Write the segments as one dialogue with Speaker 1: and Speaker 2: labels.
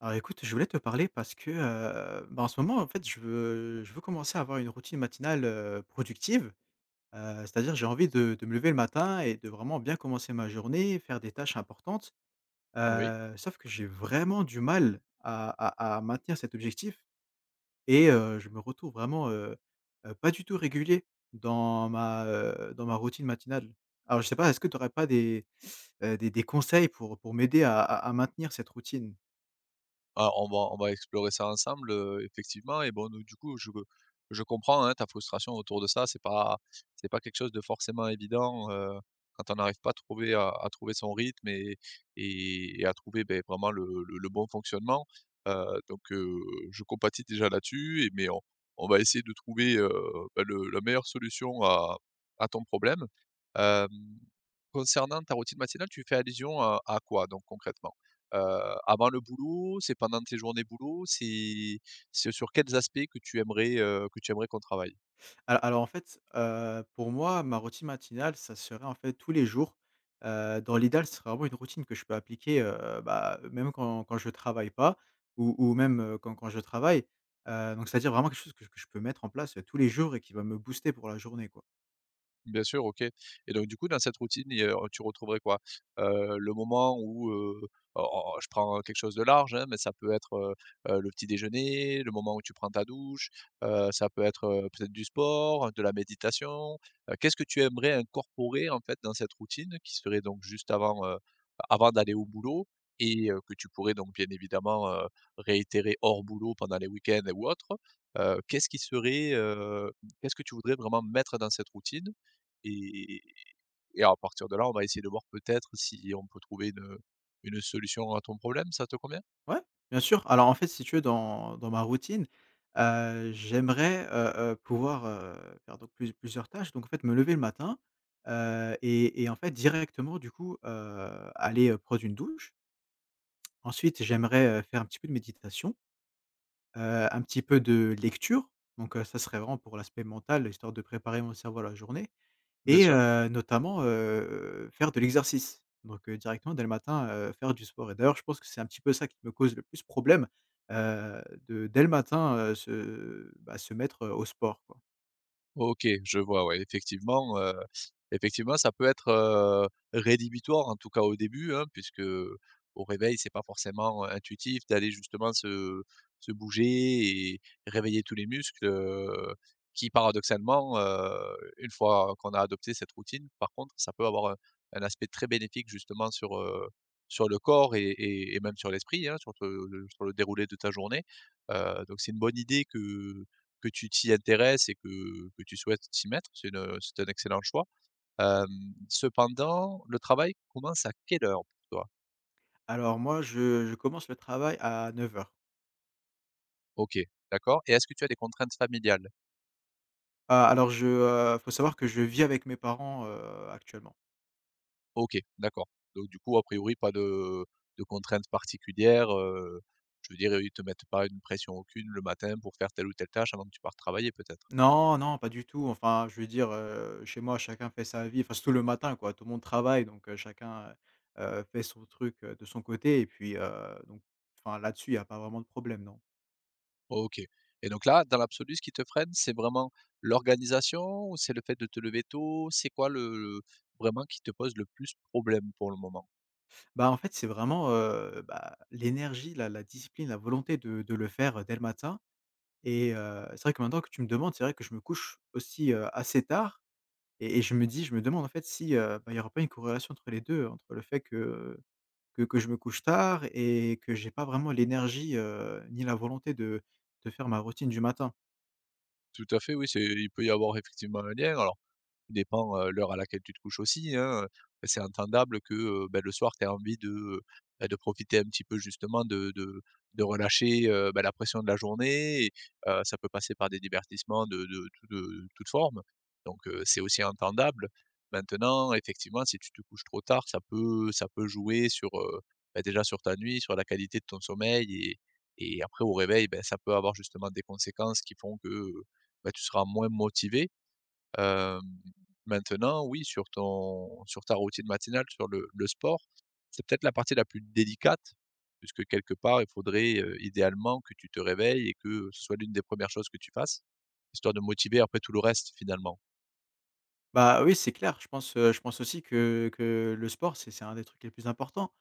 Speaker 1: Alors écoute, je voulais te parler parce que, bah, en ce moment, en fait, je veux commencer à avoir une routine matinale, productive. C'est-à-dire j'ai envie de me lever le matin et de vraiment bien commencer ma journée, faire des tâches importantes.
Speaker 2: Oui.
Speaker 1: Sauf que j'ai vraiment du mal à maintenir cet objectif et je me retrouve vraiment, pas du tout régulier dans dans ma routine matinale. Alors je sais pas, est-ce que tu n'aurais pas des conseils pour m'aider à maintenir cette routine?
Speaker 2: Ah, on va explorer ça ensemble, effectivement et bon, donc du coup, je comprends, hein, ta frustration autour de ça. C'est pas quelque chose de forcément évident, quand on n'arrive pas à trouver à trouver son rythme et et à trouver, beh, vraiment le bon fonctionnement. Donc je compatis déjà là-dessus et mais on va essayer de trouver, bah, le la meilleure solution à ton problème. Hem, concernant ta routine matinale, tu fais allusion à quoi donc concrètement? Avant le boulot? C'est pendant tes journées boulot? C'est sur quels aspects que tu aimerais qu'on travaille?
Speaker 1: Al alors, en fait, pour moi, ma routine matinale, ça serait, en fait, tous les jours. Dans l'idéal, ce serait vraiment une routine que je peux appliquer, bah, même quand je travaille pas ou ou même, quand je travaille. Donc c'est-à-dire vraiment quelque chose que je peux mettre en place, tous les jours et qui va me booster pour la journée, quoi.
Speaker 2: Bien sûr, OK et donc du coup, dans cette routine, il y a tu retrouverais quoi? Le moment où, o o je prends quelque chose de large, hein, mais ça peut être, le petit déjeuner, le moment où tu prends ta douche, ça peut être, peut-être du sport, de la méditation. Qu'est-ce que tu aimerais incorporer, en fait, dans cette routine qui serait donc juste avant d'aller au boulot et que tu pourrais donc bien évidemment, réitérer hors boulot pendant les week-ends ou autres? Qu'est-ce qui serait, qu'est-ce que tu voudrais vraiment mettre dans cette routine et et à partir de là, on va essayer de voir peut-être si on peut trouver une solution à ton problème, ça te convient?
Speaker 1: Ouais, bien sûr. Alors, en fait, si tu veux, dans ma routine, j'aimerais pouvoir, faire donc plusieurs tâches. Donc, en fait, me lever le matin, et en fait, directement, du coup, aller, prendre une douche. Ensuite, j'aimerais, faire un petit peu de méditation, un petit peu de lecture, donc ça serait vraiment pour l'aspect mental, histoire de préparer mon cerveau à la journée
Speaker 2: Bien
Speaker 1: et
Speaker 2: sûr.
Speaker 1: heu, notamment, heu, faire de l'exercice. Donc directement dès le matin, faire du sport et d'ailleurs, je pense que c'est un petit peu ça qui me cause le plus problème, heu, de dès le matin, se bah, se mettre, au sport, quoi.
Speaker 2: OK, je vois, ouais, effectivement, ça peut être, rédhibitoire, en tout cas au début, hein, puisque au réveil, c'est pas forcément intuitif d'aller justement se bouger et réveiller tous les muscles, qui paradoxalement, une fois qu'on a adopté cette routine, par contre, ça peut avoir un aspect très bénéfique justement sur le corps et et même sur l'esprit, hein, sur le déroulé de ta journée, donc c'est une bonne idée que tu t'y intéresses et que tu souhaites t'y mettre, c'est une, c'est un excellent choix. Hem, cependant, le travail commence à quelle heure pour toi?
Speaker 1: Alors moi, je commence le travail à 9h.
Speaker 2: OK, d'accord et est-ce que tu as des contraintes familiales?
Speaker 1: Ah alors je, faut savoir que je vis avec mes parents, actuellement.
Speaker 2: OK, d'accord. Donc du coup, a priori, pas de contraintes particulières, je veux dire, ils te mettent pas une pression aucune le matin pour faire telle ou telle tâche avant que tu partes travailler peut-être?
Speaker 1: Non, non, pas du tout. Enfin, je veux dire, chez moi, chacun fait sa vie, enfin, surtout le matin, quoi. Tout le monde travaille, donc chacun, fait son truc, de son côté et puis, donc enfin, là-dessus, il n'y a pas vraiment de problème, non.
Speaker 2: OK et donc là, dans l'absolu, ce qui te freine, c'est vraiment l'organisation ou c'est le fait de te lever tôt? C'est quoi le vraiment qui te pose le plus problème pour le moment?
Speaker 1: Bah, en fait, c'est vraiment, bah, l'énergie, la discipline, la volonté de le faire, dès le matin et c'est vrai que maintenant que tu me demandes, c'est vrai que je me couche aussi, assez tard et je me demande, en fait, si, bah, il n'y aura pas une corrélation entre les 2, entre le fait que je me couche tard et que j'ai pas vraiment l'énergie, ni la volonté de faire ma routine du matin.
Speaker 2: Tout à fait, oui, c'est il peut y avoir effectivement un lien. Alors tout dépend, l'heure à laquelle tu te couches aussi, hein, c'est entendable que, bah, le soir tu aies envie de, bah, de profiter un petit peu justement de relâcher, bah, la pression de la journée et ça peut passer par des divertissements de tout de toute forme donc c'est aussi entendable. Maintenant effectivement, si tu te couches trop tard, ça peut jouer sur, bah, déjà sur ta nuit, sur la qualité de ton sommeil et après au réveil, ben ça peut avoir justement des conséquences qui font que, bah, tu seras moins motivé. Hem, maintenant, oui, sur ton sur ta routine matinale, sur le sport, c'est peut-être la partie la plus délicate, puisque quelque part, il faudrait, idéalement que tu te réveilles et que ce soit l'une des premières choses que tu fasses, histoire de motiver après tout le reste finalement.
Speaker 1: Bah, oui, c'est clair, je pense aussi que le sport, c'est un des trucs les plus importants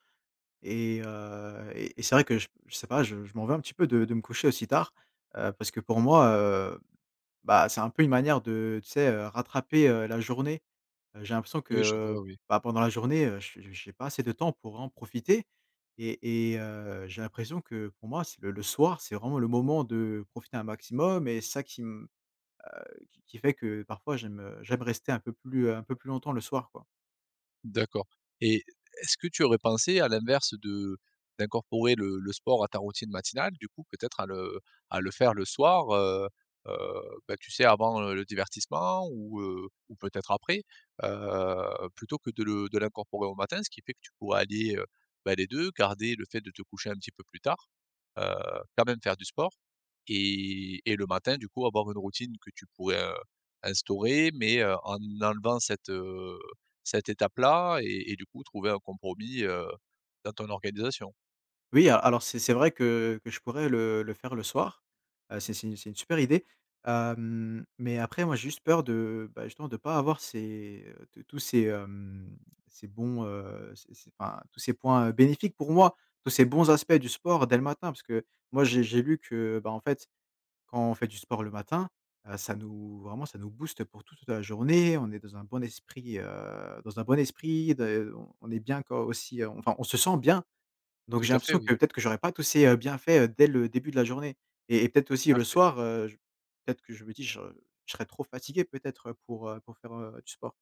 Speaker 1: et c'est vrai que je sais pas, je m'en veux un petit peu de me coucher aussi tard, parce que pour moi, bah, c'est un peu une manière de, tu sais, rattraper, la journée. J'ai l'impression
Speaker 2: Oui, je vois,
Speaker 1: que,
Speaker 2: oui.
Speaker 1: bah, pendant la journée, je j'ai pas assez de temps pour en profiter et j'ai l'impression que pour moi, c'est le soir, c'est vraiment le moment de profiter un maximum et c'est ça qui me qui fait que parfois j'aime, j'aime rester un peu plus longtemps le soir, quoi.
Speaker 2: D'accord et est-ce que tu aurais pensé à l'inverse de d'incorporer le sport à ta routine matinale, du coup, peut-être à le faire le soir, heu, bah, tu sais, avant, le divertissement ou peut-être après, plutôt que de l'incorporer au matin, ce qui fait que tu pourrais aller bah, les 2, garder le fait de te coucher un petit peu plus tard, heu, quand même faire du sport et le matin, du coup, avoir une routine que tu pourrais, instaurer mais en enlevant cette, euh, cette étape-là et du coup trouver un compromis, dans ton organisation.
Speaker 1: Oui, a alors c'est vrai que je pourrais le faire le soir. C'est une super idée. Mais après moi j'ai juste peur de, bah, justement de pas avoir ces, tous ces, hem, ces bons, ces ces enfin tous ces points, bénéfiques pour moi, tous ces bons aspects du sport dès le matin. Parce que moi j'ai lu que, bah, en fait, quand on fait du sport le matin, ça nous booste pour toute la journée. On est dans un bon esprit, dans un bon esprit de on est bien quand aussi, enfin on se sent bien. Donc
Speaker 2: Tout
Speaker 1: j'ai
Speaker 2: à fait,
Speaker 1: l'impression
Speaker 2: oui,
Speaker 1: que peut-être que j'aurais pas tous ces, bienfaits, dès le début de la journée et peut-être aussi
Speaker 2: tout à
Speaker 1: le
Speaker 2: fait.
Speaker 1: soir, je peut-être que je me dis: «Je serais trop fatigué peut-être, pour faire, du sport».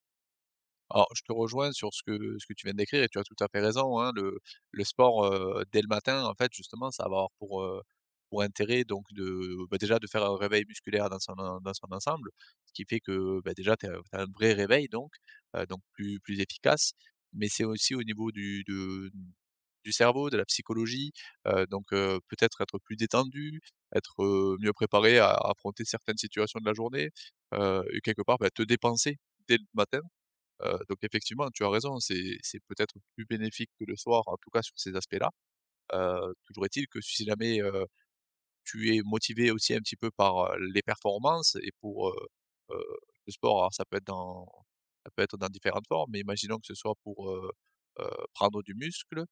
Speaker 2: Alors je te rejoins sur ce que tu viens de décrire et tu as tout à fait raison, hein, le sport, dès le matin, en fait, justement, ça va avoir pour intérêt donc de, bah, déjà de faire un réveil musculaire dans son ensemble, ce qui fait que, bah, déjà tu as un vrai réveil donc plus efficace. Mais c'est aussi au niveau du cerveau, de la psychologie, donc peut-être être plus détendu, être, mieux préparé à affronter certaines situations de la journée, et quelque part, bah, te dépenser dès le matin, donc effectivement, tu as raison, c'est peut-être plus bénéfique que le soir, en tout cas sur ces aspects-là, toujours est-il que si jamais, tu es motivé aussi un petit peu par, les performances et pour, heu, le sport, alors ça peut être dans différentes formes, mais imaginons que ce soit pour, prendre du muscle,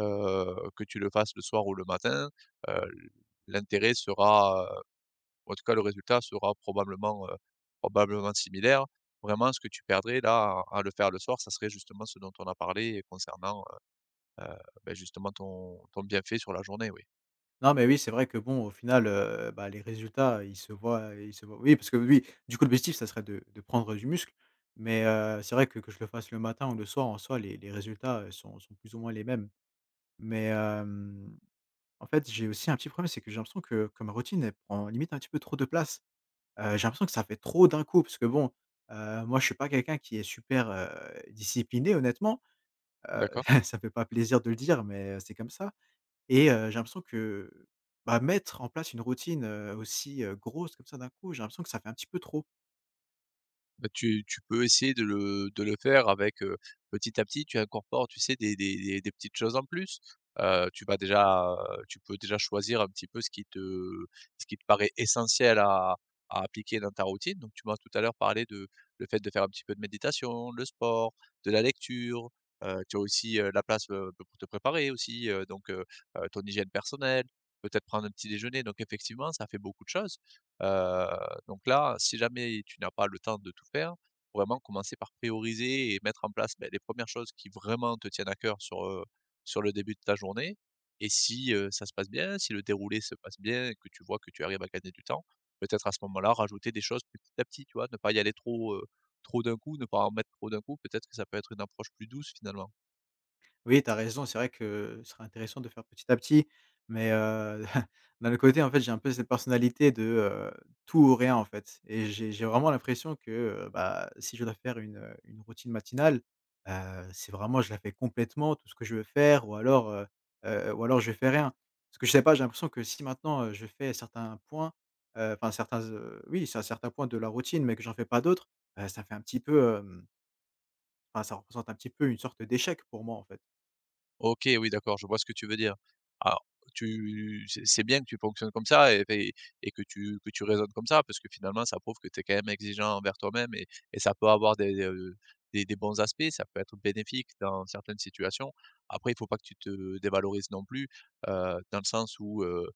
Speaker 2: que tu le fasses le soir ou le matin, heu, l'intérêt sera, en tout cas le résultat sera probablement similaire. Vraiment ce que tu perdrais là à le faire le soir, ça serait justement ce dont on a parlé concernant, heu, beh, justement ton bienfait sur la journée, oui.
Speaker 1: Non, mais oui, c'est vrai que bon, au final, bah, les résultats, ils se voient oui, parce que oui, du coup, l'objectif, ça serait de prendre du muscle, mais c'est vrai que je le fasse le matin ou le soir, en soi, les résultats, sont plus ou moins les mêmes. Mais en fait, j'ai aussi un petit problème, c'est que j'ai l'impression que ma routine, elle prend limite un petit peu trop de place. J'ai l'impression que ça fait trop d'un coup parce que bon, moi je suis pas quelqu'un qui est super, discipliné honnêtement, heu,
Speaker 2: D'accord.
Speaker 1: ça fait pas plaisir de le dire mais c'est comme ça et j'ai l'impression que, bah, mettre en place une routine, aussi grosse comme ça d'un coup, j'ai l'impression que ça fait un petit peu trop.
Speaker 2: Bah, tu peux essayer de le faire avec, petit à petit, tu incorpores, tu sais, des petites choses en plus. Tu peux déjà choisir un petit peu ce qui te paraît essentiel à appliquer dans ta routine. Donc, tu m'as tout à l'heure parlé de le fait de faire un petit peu de méditation, le sport, de la lecture, tu as aussi, la place, pour te préparer aussi, donc, ton hygiène personnelle, peut-être prendre un petit déjeuner. Donc effectivement, ça fait beaucoup de choses, heu donc là, si jamais tu n'as pas le temps de tout faire, faut vraiment commencer par prioriser et mettre en place, beh, les premières choses qui vraiment te tiennent à cœur sur le début de ta journée et si, ça se passe bien, si le déroulé se passe bien et que tu vois que tu arrives à gagner du temps, peut-être à ce moment-là rajouter des choses petit à petit, tu vois? Ne pas y aller trop d'un coup, ne pas en mettre trop d'un coup, peut-être que ça peut être une approche plus douce finalement.
Speaker 1: Oui, tu as raison, c'est vrai que ce serait intéressant de faire petit à petit, mais d'un autre côté, en fait, j'ai un peu cette personnalité de, tout ou rien, en fait et j'ai vraiment l'impression que, bah, si je dois faire une routine matinale, heu, c'est vraiment je la fais complètement, tout ce que je veux faire ou alors je fais rien. Parce que je sais pas, j'ai l'impression que si maintenant, je fais certains points, enfin certains, oui, c'est un certain point de la routine mais que j'en fais pas d'autres, ça fait un petit peu, enfin ça représente un petit peu une sorte d'échec pour moi, en fait.
Speaker 2: OK, oui, d'accord, je vois ce que tu veux dire. Alors, tu c'est bien que tu fonctionnes comme ça et que tu raisonnes comme ça parce que finalement, ça prouve que tu es quand même exigeant envers toi-même et ça peut avoir des bons aspects, ça peut être bénéfique dans certaines situations. Après, il faut pas que tu te dévalorises non plus, dans le sens où,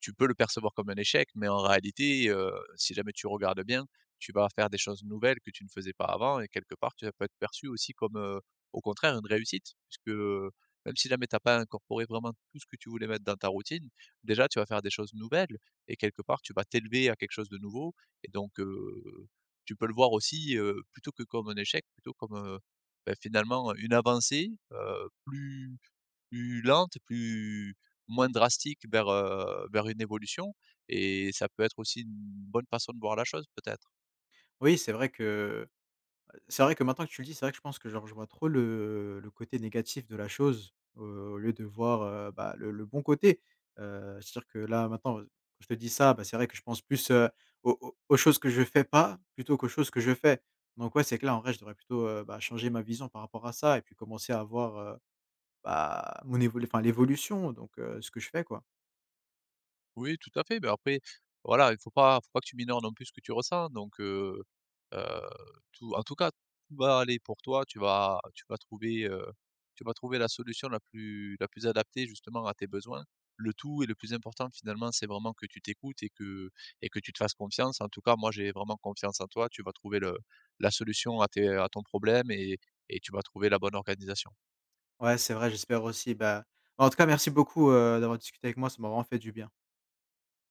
Speaker 2: tu peux le percevoir comme un échec, mais en réalité, si jamais tu regardes bien, tu vas faire des choses nouvelles que tu ne faisais pas avant et quelque part, tu vas peut être perçu aussi comme, au contraire une réussite puisque, même si jamais tu as pas incorporé vraiment tout ce que tu voulais mettre dans ta routine, déjà tu vas faire des choses nouvelles et quelque part tu vas t'élever à quelque chose de nouveau et donc, tu peux le voir aussi, plutôt que comme un échec, plutôt comme, bah, finalement une avancée, plus lente, plus moins drastique vers une évolution et ça peut être aussi une bonne façon de voir la chose peut-être?
Speaker 1: Oui, c'est vrai que maintenant que tu le dis, c'est vrai que je pense que genre je vois trop le côté négatif de la chose, au lieu de voir, bah, le bon côté. C'est-à-dire que là maintenant, je te dis ça, bah, c'est vrai que je pense plus, aux choses que je fais pas, plutôt qu'aux choses que je fais. Donc ouais, c'est que là en vrai, je devrais plutôt, bah, changer ma vision par rapport à ça et puis commencer à voir, bah, mon évolu enfin l'évolution, donc ce que je fais, quoi.
Speaker 2: Oui, tout à fait, mais après, voilà, il faut pas que tu minores non plus ce que tu ressens, donc heu, tout en tout cas, tout va aller pour toi. Tu vas trouver la solution la plus adaptée justement à tes besoins. Le tout et le plus important finalement, c'est vraiment que tu t'écoutes et que tu te fasses confiance. En tout cas, moi, j'ai vraiment confiance en toi. Tu vas trouver le la solution à ton problème et tu vas trouver la bonne organisation.
Speaker 1: Ouais, c'est vrai, j'espère aussi, bah en tout cas merci beaucoup, d'avoir discuté avec moi, ça m'a vraiment fait du bien.